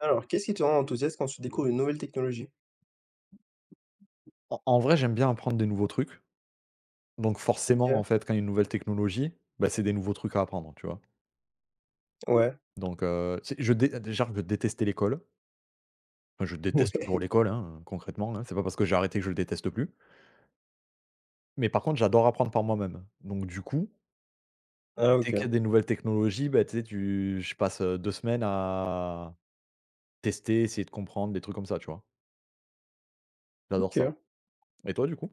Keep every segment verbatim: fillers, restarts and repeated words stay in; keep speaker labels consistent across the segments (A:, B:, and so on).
A: Alors, qu'est-ce qui te rend enthousiaste quand tu découvres une nouvelle technologie?
B: En en vrai, j'aime bien apprendre des nouveaux trucs. Donc
A: OK,
B: forcément,
A: ouais,
B: en fait, quand il y a une nouvelle technologie, bah, c'est des nouveaux trucs à apprendre, tu vois? Donc, heu, c'est je dé ah, déjà je détestais l'école. Enfin, je déteste
A: ouais.
B: toujours l'école, hein, concrètement, hein. C'est pas parce que j'ai arrêté que je le déteste plus. Mais par contre, j'adore apprendre par moi-même. Donc du coup,
A: Ah OK,
B: dès qu'il y a des nouvelles technologies, bah, tu sais, tu je passe, heu, deux semaines à tester, essayer de comprendre, des trucs comme ça, tu vois? J'adore
A: OK.
B: ça. Et toi, du coup?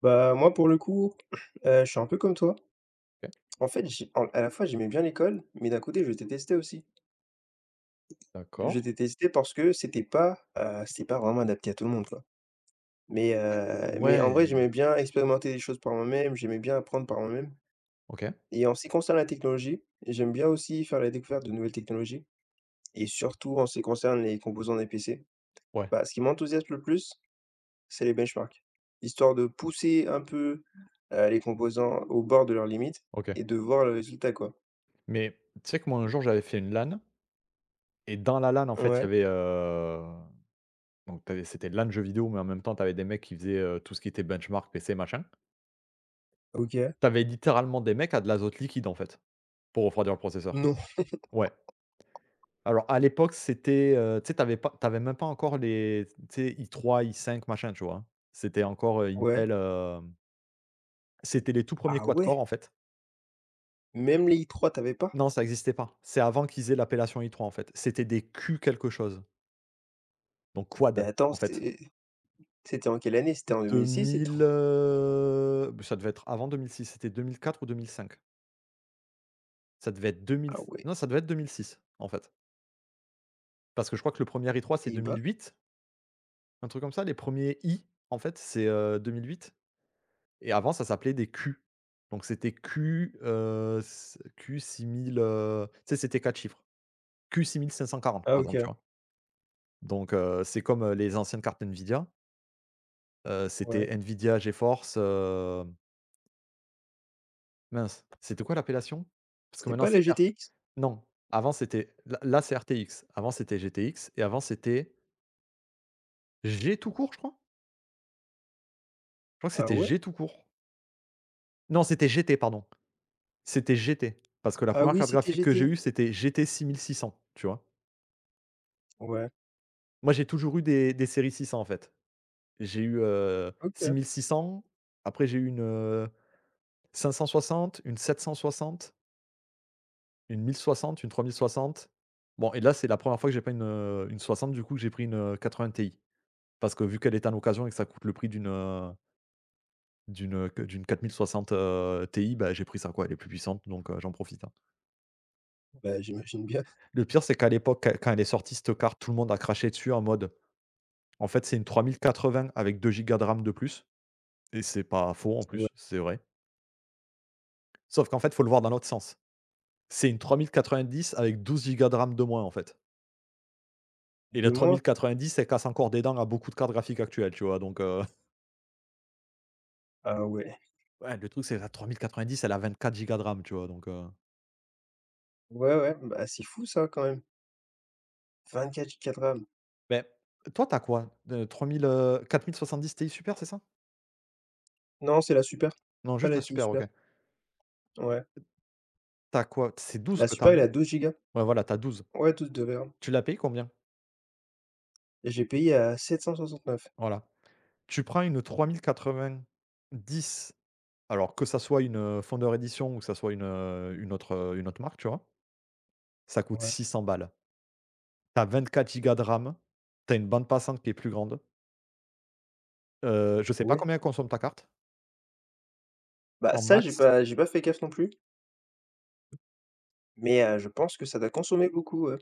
A: Bah, moi, pour le coup, heu, je suis un peu comme toi.
B: OK,
A: En fait, j'ai en à la fois, j'aimais bien l'école, mais d'un côté, je détestais aussi. Je
B: d'accord.
A: détestais parce que c'était pas, heu, c'était pas vraiment adapté à tout le monde, quoi. Mais
B: Bah, heu,
A: heu, mais en
B: ouais.
A: vrai, j'aimais bien expérimenter des choses par moi-même, j'aimais bien apprendre par moi-même
B: OK,
A: et en ce qui concerne la technologie, j'aime bien aussi faire la découverte de nouvelles technologies et surtout en ce qui concerne les composants des P C.
B: ouais,
A: Bah, ce qui m'enthousiasme le plus, c'est les benchmarks. Histoire de pousser un peu, heu, les composants au bord de leurs limites
B: OK.
A: et de voir le résultat, quoi.
B: Mais tu sais que moi, un jour, j'avais fait une LAN. Et dans la LAN, en fait, il y
A: Ouais,
B: avait, heu, donc, tu c'était LAN jeux vidéo, mais en même temps, tu avais des mecs qui faisaient, heu, tout ce qui était benchmark, P C, machin.
A: OK.
B: Tu avais littéralement des mecs à de l'azote liquide, en fait, pour refroidir le processeur.
A: Non,
B: Ouais. Alors à l'époque, c'était, heu, tu sais, t'avais pas t'avais même pas encore les, tu sais, i trois i cinq machin, tu vois? Hein. C'était encore, heu,
A: ouais.
B: Intel, hem, c'était les tout premiers
A: Ah
B: quad-core,
A: ouais?
B: en fait.
A: Même les i trois t'avais pas?
B: Non, ça existait pas. C'est avant qu'ils aient l'appellation i trois, en fait. C'était des Q quelque chose, donc
A: Mais
B: quad,
A: attends,
B: en fait.
A: c'est c'était en quelle année? C'était en deux mille six? C'était en
B: deux mille, heu, beh, ça devait être avant deux mille six, c'était deux mille quatre ou deux mille cinq. Ça devait être deux mille,
A: Ah
B: s
A: ouais.
B: non, ça devait être deux mille six, en fait. Parce que je crois que le premier i trois, c'est
A: Et bah.
B: deux mille huit, un truc comme ça. Les premiers i, en fait, c'est, heu, deux mille huit, et avant, ça s'appelait des Q. Donc c'était Q, heu, s Q six mille, heu, tu sais, c'était quatre chiffres. Q six mille cinq cent quarante
A: Ah
B: par exemple, tu
A: OK,
B: vois? Donc heu, c'est comme, heu, les anciennes cartes Nvidia. Heu, c'était
A: ouais.
B: Nvidia GeForce, heu, mince, c'était quoi l'appellation? Parce que
A: C'était
B: maintenant,
A: pas la
B: c'est...
A: G T X?
B: Non, avant c'était là là c'est R T X, avant c'était G T X et avant c'était G tout court, je crois? Je crois que
A: Ah
B: c'était
A: ouais?
B: G tout court. Non, c'était G T pardon, c'était G T parce que la
A: Ah
B: première
A: oui,
B: carte
A: c'était
B: graphique que j'ai
A: G T?
B: eue c'était G T cents, tu vois?
A: Ouais,
B: Moi, j'ai toujours eu des des séries six cents en fait. J'ai eu, euh, six
A: OK.
B: mille six cents, après j'ai eu une, euh, cinq cent soixante, une sept cent soixante, une mille soixante, une trois mille soixante. Bon, et là c'est la première fois que j'ai pas une, heu, une soixante, du coup que j'ai pris une, quatre quatre-vingts Ti, parce que vu qu'elle est en occasion et que ça coûte le prix d'une, euh, D'une, heu, que d'une quatre mille soixante, heu, Ti, bah, j'ai pris ça, quoi, elle est plus puissante, donc, heu, j'en profite, hein.
A: Bah, j'imagine bien.
B: Le pire, c'est qu'à l'époque, quand quand elle est sortie cette carte, tout le monde a craché dessus, en mode, en fait, c'est une trois mille quatre-vingts avec deux gigas de RAM de plus, et c'est pas faux en
A: Ouais,
B: plus, c'est vrai. Sauf qu'en fait, il faut le voir dans l'autre sens. C'est une trois mille quatre-vingt-dix avec douze gigas de RAM de moins, en fait, et la
A: deux
B: trois
A: mois?
B: mille quatre-vingt-dix elle casse encore des dents à beaucoup de cartes graphiques actuelles, tu vois? Donc heu,
A: Ah ouais.
B: ouais, le truc, c'est que la trois mille quatre-vingt-dix, elle a vingt-quatre gigas de RAM, tu vois? Donc heu,
A: Ouais, ouais, bah, c'est fou ça, quand même. vingt-quatre gigas de RAM.
B: beh, toi, tu as quoi? Euh, trois mille, euh, quatre mille soixante-dix Ti super, c'est ça?
A: Non, c'est la super,
B: Non,
A: pas
B: juste
A: la
B: la
A: T I
B: super,
A: super.
B: OK.
A: Ouais.
B: Tu as quoi? C'est douze
A: La
B: que tu as,
A: Super, elle
B: non?
A: a douze gigas.
B: Ouais, voilà, tu as douze.
A: Ouais, douze de RAM
B: Tu l'as payé combien?
A: et j'ai payé à sept cent soixante-neuf.
B: Voilà. Tu prends une trois mille quatre-vingt dix, alors que ça soit une, heu, Founder Edition, ou que ça soit une, heu, une autre, heu, une autre marque, tu vois? Ça coûte
A: Ouais.
B: six cents balles. Tu as quatre gigas de RAM, tu as une bande passante qui est plus grande. Heu,
A: Ah
B: je sais pas
A: ouais?
B: combien consomme ta carte,
A: Bah,
B: en
A: ça, j'ai
B: max,
A: pas j'ai pas fait gaffe non plus, mais heu, je pense que ça doit consommer beaucoup, ouais.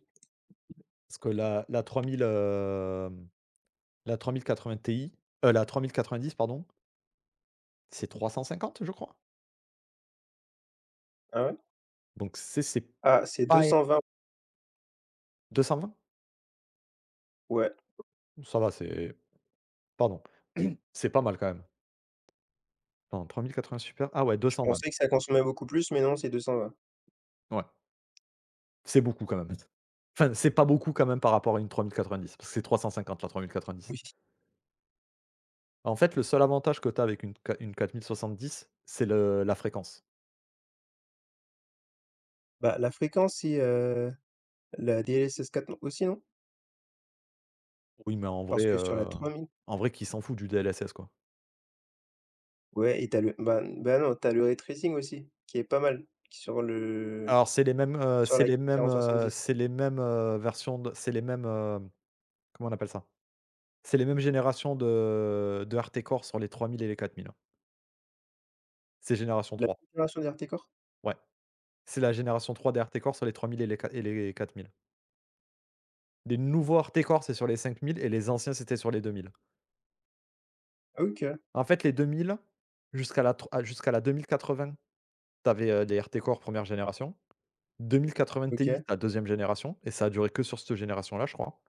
B: parce que la la trois mille, hem, la trois mille quatre-vingts Ti, heu, la dix pardon, c'est trois cent cinquante, je crois?
A: Ah ouais?
B: Donc c'est c'est
A: Ah, c'est deux
B: pas
A: cent vingt.
B: deux cent vingt.
A: Ouais,
B: Ça va, c'est pardon, c'est pas mal quand même. Attends, trois mille quatre-vingts super, ah ouais,
A: je
B: deux cent vingt,
A: pensais que ça consommait beaucoup plus, mais non, c'est deux cent vingt.
B: ouais, c'est beaucoup quand même. Enfin, c'est pas beaucoup quand même par rapport à une trois mille quatre-vingt-dix parce que c'est trois cent cinquante la trois mille quatre-vingt-dix.
A: Oui.
B: En fait, le seul avantage que tu as avec une qua une quatre mille soixante-dix, c'est le la fréquence.
A: Bah, la fréquence c'est, heu, la D L S S quatre non aussi, non?
B: Oui, mais en vrai,
A: Parce que sur la
B: heu,
A: trois mille.
B: en vrai qui s'en fout du D L S S, quoi.
A: Ouais et t'as le bah bah, non, t'as le ray tracing aussi, qui est pas mal, sur le
B: Alors c'est les mêmes, heu,
A: sur
B: c'est
A: la
B: les mêmes, heu,
A: quatre mille soixante-dix.
B: c'est les mêmes, heu, versions de c'est les mêmes, hem, comment on appelle ça? C'est les mêmes générations de de R T Core sur les trois mille et les quatre mille. C'est génération
A: La
B: trois,
A: configuration des R T Core?
B: ouais. C'est la génération trois des Arte-Corse sur les trois mille et les qua et les quatre mille. Les nouveaux Arte-Corse, c'est sur les cinq mille et les anciens, c'était sur les deux mille.
A: OK,
B: En fait, les deux mille jusqu'à la tr jusqu'à la vingts, tu avais, heu, les Arte-Corse, Deux mille quatre deux mille quatre-vingts
A: OK.
B: Ti, la deuxième génération, et ça a duré que sur cette génération-là, je crois.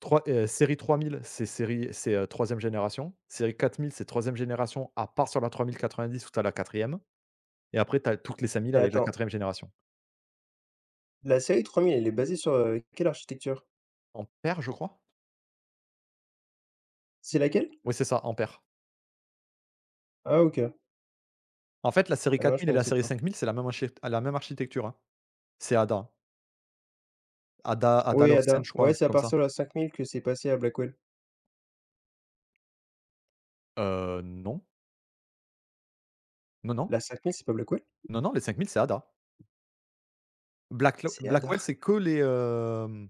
B: Trois heu, Série trois mille c'est série c'est, heu, trois génération, série quatre mille c'est troisième génération, à part sur la trois mille quatre-vingt dix où tu as la quatrième, et après tu as toutes les cinq mille
A: Mais
B: avec la
A: attends,
B: quatrième e génération.
A: la série trois mille, elle est basée sur, heu, quelle architecture?
B: Ampère, je crois?
A: C'est laquelle?
B: Oui, c'est ça, Ampère.
A: Ah OK.
B: En fait, la série
A: Ah non, je
B: quatre mille et
A: ne
B: la
A: sais
B: série
A: pas.
B: cinq mille, c'est la même archi la même architecture, hein. C'est Ada. Ada Ada
A: Oui, Ada.
B: Lovesen, je crois,
A: Ouais,
B: un
A: c'est
B: truc
A: à
B: comme
A: partir de
B: ça.
A: la cinq mille que c'est passé à Blackwell.
B: Heu, non. Non, non.
A: La cinq mille, c'est pas Blackwell?
B: Non, non, les cinq mille, c'est Ada. Blacklo
A: C'est Ada.
B: Blackwell, c'est que les, hem,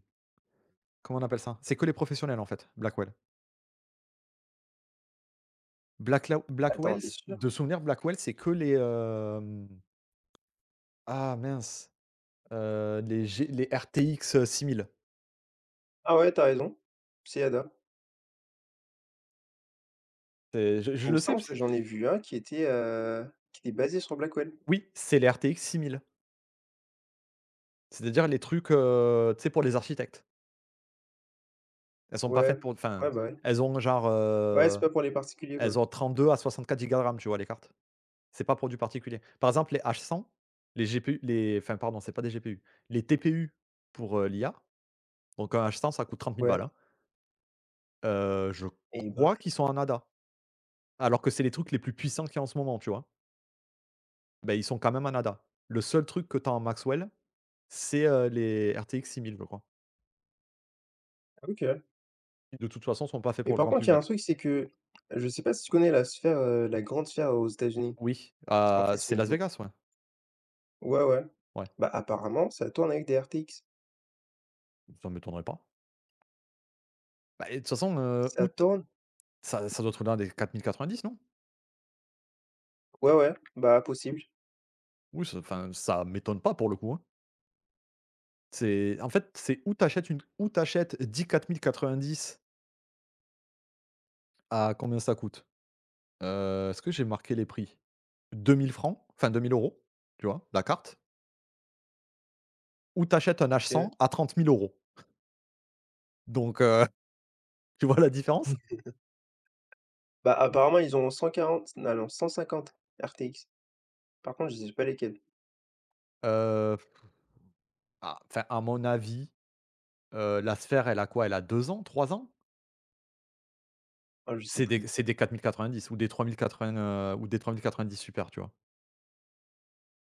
B: comment on appelle ça? C'est que les professionnels, en fait, Blackwell. Blacklo
A: Attends,
B: Blackwell,
A: t'es
B: c
A: sûr?
B: de souvenir, Blackwell, c'est que les, hem, ah mince, heu, les G les R T X, heu, six mille.
A: Ah ouais, t'as raison, c'est Ada.
B: C'est je je
A: Il me
B: le sais,
A: semble
B: parce
A: que
B: que
A: j'en ai vu un qui était, heu, qui était basé sur Blackwell.
B: oui, c'est les R T X six mille. C'est-à-dire les trucs, heu, tu sais, pour les architectes. Elles sont pas
A: Ouais,
B: faites pour, enfin,
A: ouais, bah, ouais.
B: elles ont genre,
A: Ouais, c'est
B: heu,
A: pas pour les particuliers, quoi.
B: elles ont trente-deux à soixante-quatre gigas de RAM, tu vois, les cartes. C'est pas pour du particulier. Par exemple, les h cent, les G P U, les, enfin, pardon, c'est pas des G P U, les T P U pour, heu, l'I A, donc un h cent, ça coûte trente mille balles,
A: Ouais
B: hein. Heu, je
A: et ben,
B: crois qu'ils sont en ADA, alors que c'est les trucs les plus puissants qu'il y a en ce moment, tu vois? Ben, ils sont quand même en ADA. Le seul truc que t'as en Maxwell, c'est, heu, les RTX mille, je crois,
A: OK.
B: qui de toute façon sont pas faits
A: Mais
B: pour le
A: par
B: grand
A: contre, il y a un
B: public.
A: truc, c'est que je sais pas si tu connais la sphère, heu, la grande sphère aux États-Unis?
B: Oui,
A: En fait,
B: heu,
A: c'est
B: c'est
A: une
B: Las Vegas, ouais.
A: Ouais, ouais.
B: Ouais,
A: Bah, apparemment, ça tourne avec des R T X.
B: ça m'étonnerait pas. Bah, et de toute façon, heu,
A: Ça
B: août,
A: tourne?
B: ça ça doit être l'un des quatre quatre-vingt-dix, mille quatre-vingt-dix, non?
A: Ouais, ouais, bah, possible.
B: Oui, ça, enfin, ça m'étonne pas pour le coup, hein. C'est En fait, c'est où t'achètes une où t'achètes dix quatre mille quatre-vingt-dix, à combien ça coûte? Heu, est-ce que j'ai marqué les prix? Deux mille francs, enfin deux mille euros, tu vois? La carte. Ou t'achètes un h cent
A: OK.
B: à trente mille euros. Donc heu, tu vois la différence?
A: Bah, apparemment, ils ont cent quarante non, non, cent cinquante R T X. Par contre, je sais pas lesquels.
B: Heu, ah, enfin, à mon avis, heu, la Sphère, elle a quoi? Elle a deux ans, trois ans?
A: Ah, je sais
B: C'est des
A: plus.
B: c'est des quatre quatre-vingt-dix mille quatre-vingt-dix ou des trois mille quatre-vingts, heu, ou des trois mille quatre-vingt-dix Super, tu vois?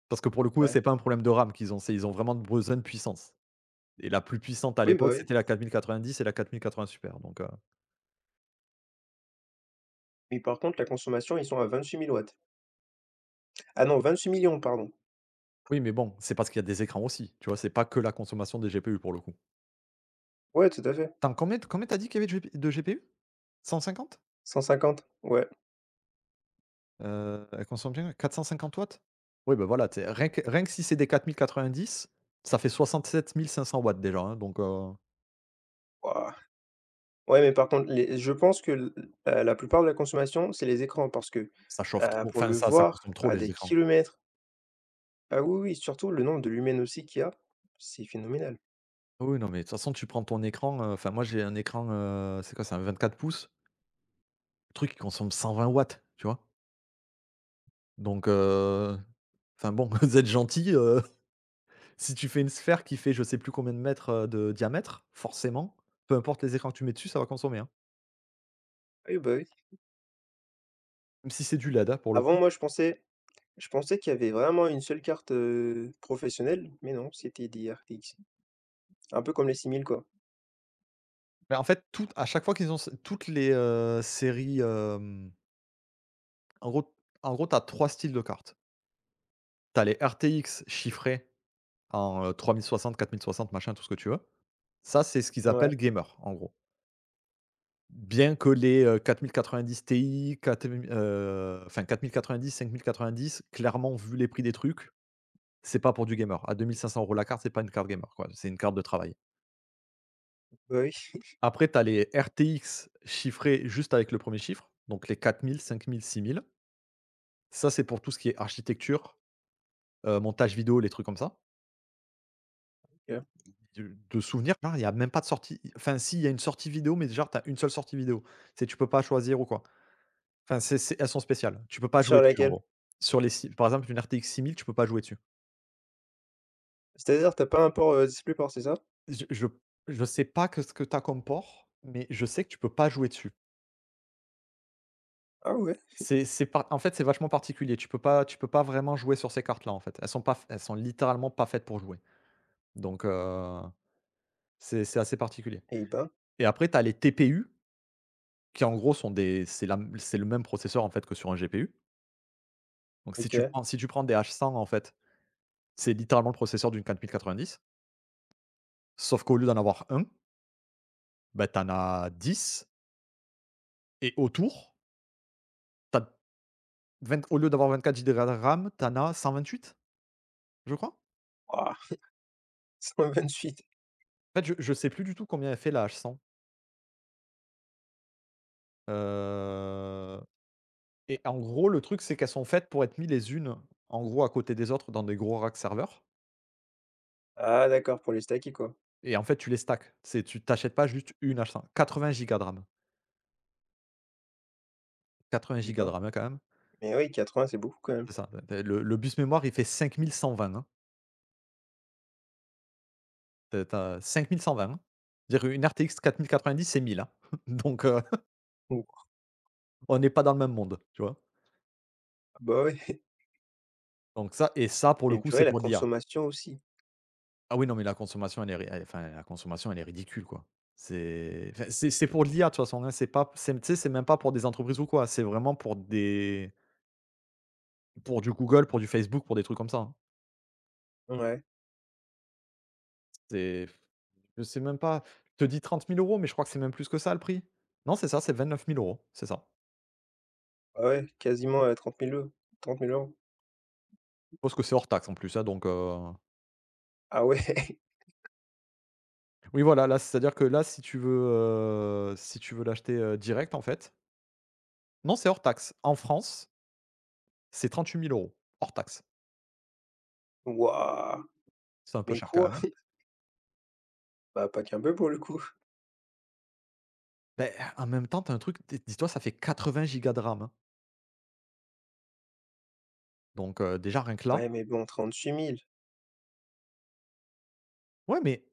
B: Parce que pour le coup,
A: Ouais.
B: c'est pas un problème de RAM qu'ils ont, c'est ils ont vraiment besoin de puissance, et la plus puissante à
A: Oui, bah,
B: l'époque,
A: oui.
B: c'était la quatre mille quatre-vingt-dix et la quatre mille quatre-vingts super, donc, heu,
A: Mais par contre, la consommation, ils sont à vingt-huit mille watts. Ah non, vingt-huit millions, pardon.
B: oui, mais bon, c'est parce qu'il y a des écrans aussi, tu vois? C'est pas que la consommation des G P U pour le coup.
A: Ouais, tout à fait.
B: Attends, combien combien t'as dit qu'il y avait de G P de G P U? cent cinquante?
A: Cent cinquante. Ouais.
B: Heu, elle consomme bien 450 watts. Oui, ben voilà, tu rien que rien que si c'est des quatre mille quatre-vingt-dix, ça fait soixante-sept mille cinq cents watts déjà, hein, donc, heu,
A: Wouah. Ouais, mais par contre, les je pense que l heu, la plupart de la consommation, c'est les écrans parce que,
B: ça chauffe
A: heu,
B: trop,
A: pour
B: enfin,
A: le
B: ça ça
A: voir
B: consomme trop
A: à
B: les
A: des
B: écrans.
A: kilomètres. Ah oui, oui, surtout le nombre de lumens aussi qu'il y a, c'est phénoménal.
B: Ah, oui, non, mais de toute façon, tu prends ton écran, heu, enfin, moi j'ai un écran, heu, c'est quoi? C'est un vingt-quatre pouces. Le truc, il consomme cent vingt watts, tu vois? Donc, heu, enfin bon, vous êtes gentil, heu, si tu fais une sphère qui fait je sais plus combien de mètres, heu, de diamètre, forcément, peu importe les écrans que tu mets dessus, ça va consommer, hein.
A: Oui, bah, oui.
B: Même si c'est du led, hein, pour le
A: Avant,
B: coup.
A: moi, je pensais je pensais qu'il y avait vraiment une seule carte, heu, professionnelle, mais non, c'était des R T X. Un peu comme les similes, quoi.
B: Mais en fait, toutes à chaque fois qu'ils ont ce toutes les, heu, séries, hem, en gros, en gros, tu as trois styles de cartes. Tu as les R T X chiffrées en, heu, trois mille soixante quatre mille soixante, machin, tout ce que tu veux. Ça, c'est ce qu'ils
A: Ouais,
B: appellent gamer, en gros. Bien que les, heu, quarante quatre-vingt-dix Ti, quatre m heu, enfin quarante quatre-vingt-dix, cinquante quatre-vingt-dix, clairement, vu les prix des trucs, c'est pas pour du gamer. À deux mille cinq cents € la carte, c'est pas une carte gamer, quoi. C'est une carte de travail.
A: bah oui,
B: Après, tu as les R T X chiffrés juste avec le premier chiffre, donc les quatre mille, cinq mille, six mille. Ça, c'est pour tout ce qui est architecture, heu, montage vidéo, les trucs comme ça.
A: OK.
B: De de souvenir, genre, il y a même pas de sortie, enfin si, il y a une sortie vidéo, mais genre, tu as une seule sortie vidéo. C'est Tu peux pas choisir ou quoi. Enfin, c'est c'est elles sont spéciales. Tu peux pas jouer
A: Sur
B: dessus, en
A: laquelle?
B: gros. Sur les Si par exemple, une R T X mille, tu peux pas jouer dessus.
A: C'est-à-dire, t'as pas un port, heu, display port, c'est ça?
B: Je je je sais pas que ce que tu as comme port, mais je sais que tu peux pas jouer dessus.
A: Ah ouais?
B: C'est c'est par En fait, c'est vachement particulier. Tu peux pas tu peux pas vraiment jouer sur ces cartes-là, en fait. Elles sont pas f elles sont littéralement pas faites pour jouer. Donc heu, c'est c'est assez particulier,
A: Eh ben,
B: et après tu as les T P U qui, en gros, sont des c'est la c'est le même processeur, en fait, que sur un G P U. Donc si tu
A: OK.
B: prends si tu prends des h cent, en fait, c'est littéralement le processeur d'une quatre quatre-vingt-dix, mille quatre-vingt-dix, sauf qu'au lieu d'en avoir un. Bah, tu en as dix. Et autour, T'as as au lieu d'avoir vingt-quatre gigas de RAM, tu cent vingt-huit, je crois?
A: Ouah, cent vingt-huit.
B: En fait, je je sais plus du tout combien elle fait, la h cent. heu et en gros, le truc, c'est qu'elles sont faites pour être mises les unes, en gros, à côté des autres dans des gros racks serveurs,
A: Ah d'accord, pour les stacker, quoi.
B: et en fait, tu les stacks. C'est Tu t'achètes pas juste une h cent. Quatre quatre-vingts gigas de RAM, quatre-vingts
A: Eh
B: gigas de
A: ben,
B: RAM, hein, quand même.
A: mais oui, quatre-vingts c'est beaucoup quand même.
B: C'est ça, tu le le bus mémoire, il fait cinq mille cent vingt, hein. Tu as tu as cinq mille cent vingt, hein. Dire, une R T X quatre-vingt-dix, c'est mille, hein. Donc heu
A: Ouh,
B: On n'est pas dans le même monde, tu vois?
A: bah ouais
B: Donc ça et ça, pour le
A: et
B: coup,
A: purée,
B: c'est
A: la
B: pour de l'I A.
A: consommation aussi.
B: Ah oui, non, mais la consommation elle est ri elle enfin la consommation elle est ridicule, quoi. C'est enfin c'est c'est pour de l'I A de toute façon, hein, c'est pas c'est tu sais, c'est même pas pour des entreprises ou quoi, c'est vraiment pour des pour du Google, pour du Facebook, pour des trucs comme ça, hein.
A: Ouais,
B: C'est Je sais même pas, je te dis trente mille euros, mais je crois que c'est même plus que ça, le prix. Non, c'est ça, c'est vingt-neuf mille euros, c'est ça.
A: ah ouais, quasiment, heu, trente mille €, trente mille €.
B: Je suppose que c'est hors taxe en plus, hein, donc heu,
A: Ah ouais,
B: oui, voilà, là, c'est-à-dire que là, si tu veux, heu, si tu veux l'acheter, heu, direct, en fait non, c'est hors taxe. En France, c'est trente-huit mille euros hors taxes.
A: waouh!
B: C'est un peu
A: Mais
B: cher quand
A: quoi?
B: même.
A: Bah, pas qu'un peu pour le coup.
B: Ben, en même temps, tu as un truc, dis dis-toi, ça fait quatre-vingts gigas de RAM, hein, donc heu, déjà rien que
A: Ouais,
B: là.
A: mais bon, trente-huit mille.
B: Ouais, mais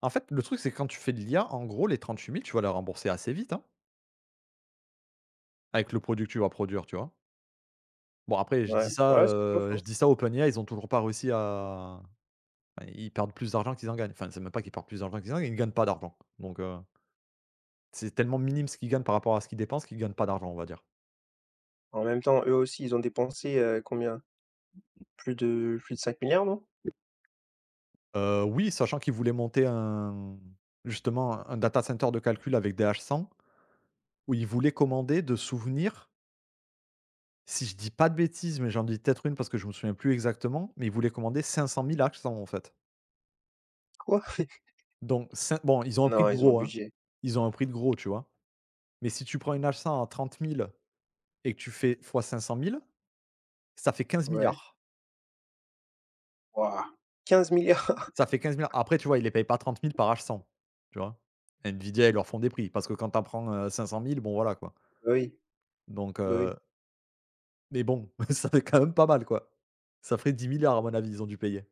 B: en fait, le truc, c'est que quand tu fais de l'I A, en gros, les trente-huit mille €, tu vas les rembourser assez vite, hein, avec le produit que tu vas produire, tu vois? Bon, après, je
A: Ouais,
B: dis ça,
A: ouais, c'est pas
B: heu,
A: faux.
B: je dis ça, OpenAI, ils ont toujours pas réussi à bah, ils perdent plus d'argent qu'ils en gagnent. Enfin, c'est même pas qu'ils perdent plus d'argent qu'ils en gagnent, ils gagnent pas d'argent, donc heu, c'est tellement minime ce qu'ils gagnent par rapport à ce qu'ils dépensent qu'ils gagnent pas d'argent, on va dire.
A: En même temps, eux aussi, ils ont dépensé, heu, combien? Plus de plus de cinq milliards, non?
B: Heu, oui, sachant qu'ils voulaient monter un justement un data center de calcul avec des H cent, où ils voulaient commander, de souvenirs, si je dis pas de bêtises, mais j'en dis peut-être une parce que je me souviens plus exactement, mais ils voulaient commander cinq cent mille H cent, en fait.
A: Quoi?
B: Donc cin bon, ils ont un prix
A: Non,
B: de
A: ils ont le
B: gros, hein,
A: budget.
B: ils ont un prix de gros, tu vois? Mais si tu prends une H cent à trente mille et que tu fais fois cinq cent mille, ça fait quinze
A: Ouais.
B: milliards.
A: Waouh! quinze milliards.
B: Ça fait quinze milliards. Après, tu vois, ils les payent pas trente mille par H cent, tu vois? Nvidia, ils leur font des prix parce que quand tu en prends, euh, cinq cent mille, bon, voilà quoi.
A: Bah oui,
B: Donc
A: bah oui.
B: euh, Mais bon, ça fait quand même pas mal, quoi. Ça ferait dix milliards, à mon avis, ils ont dû payer.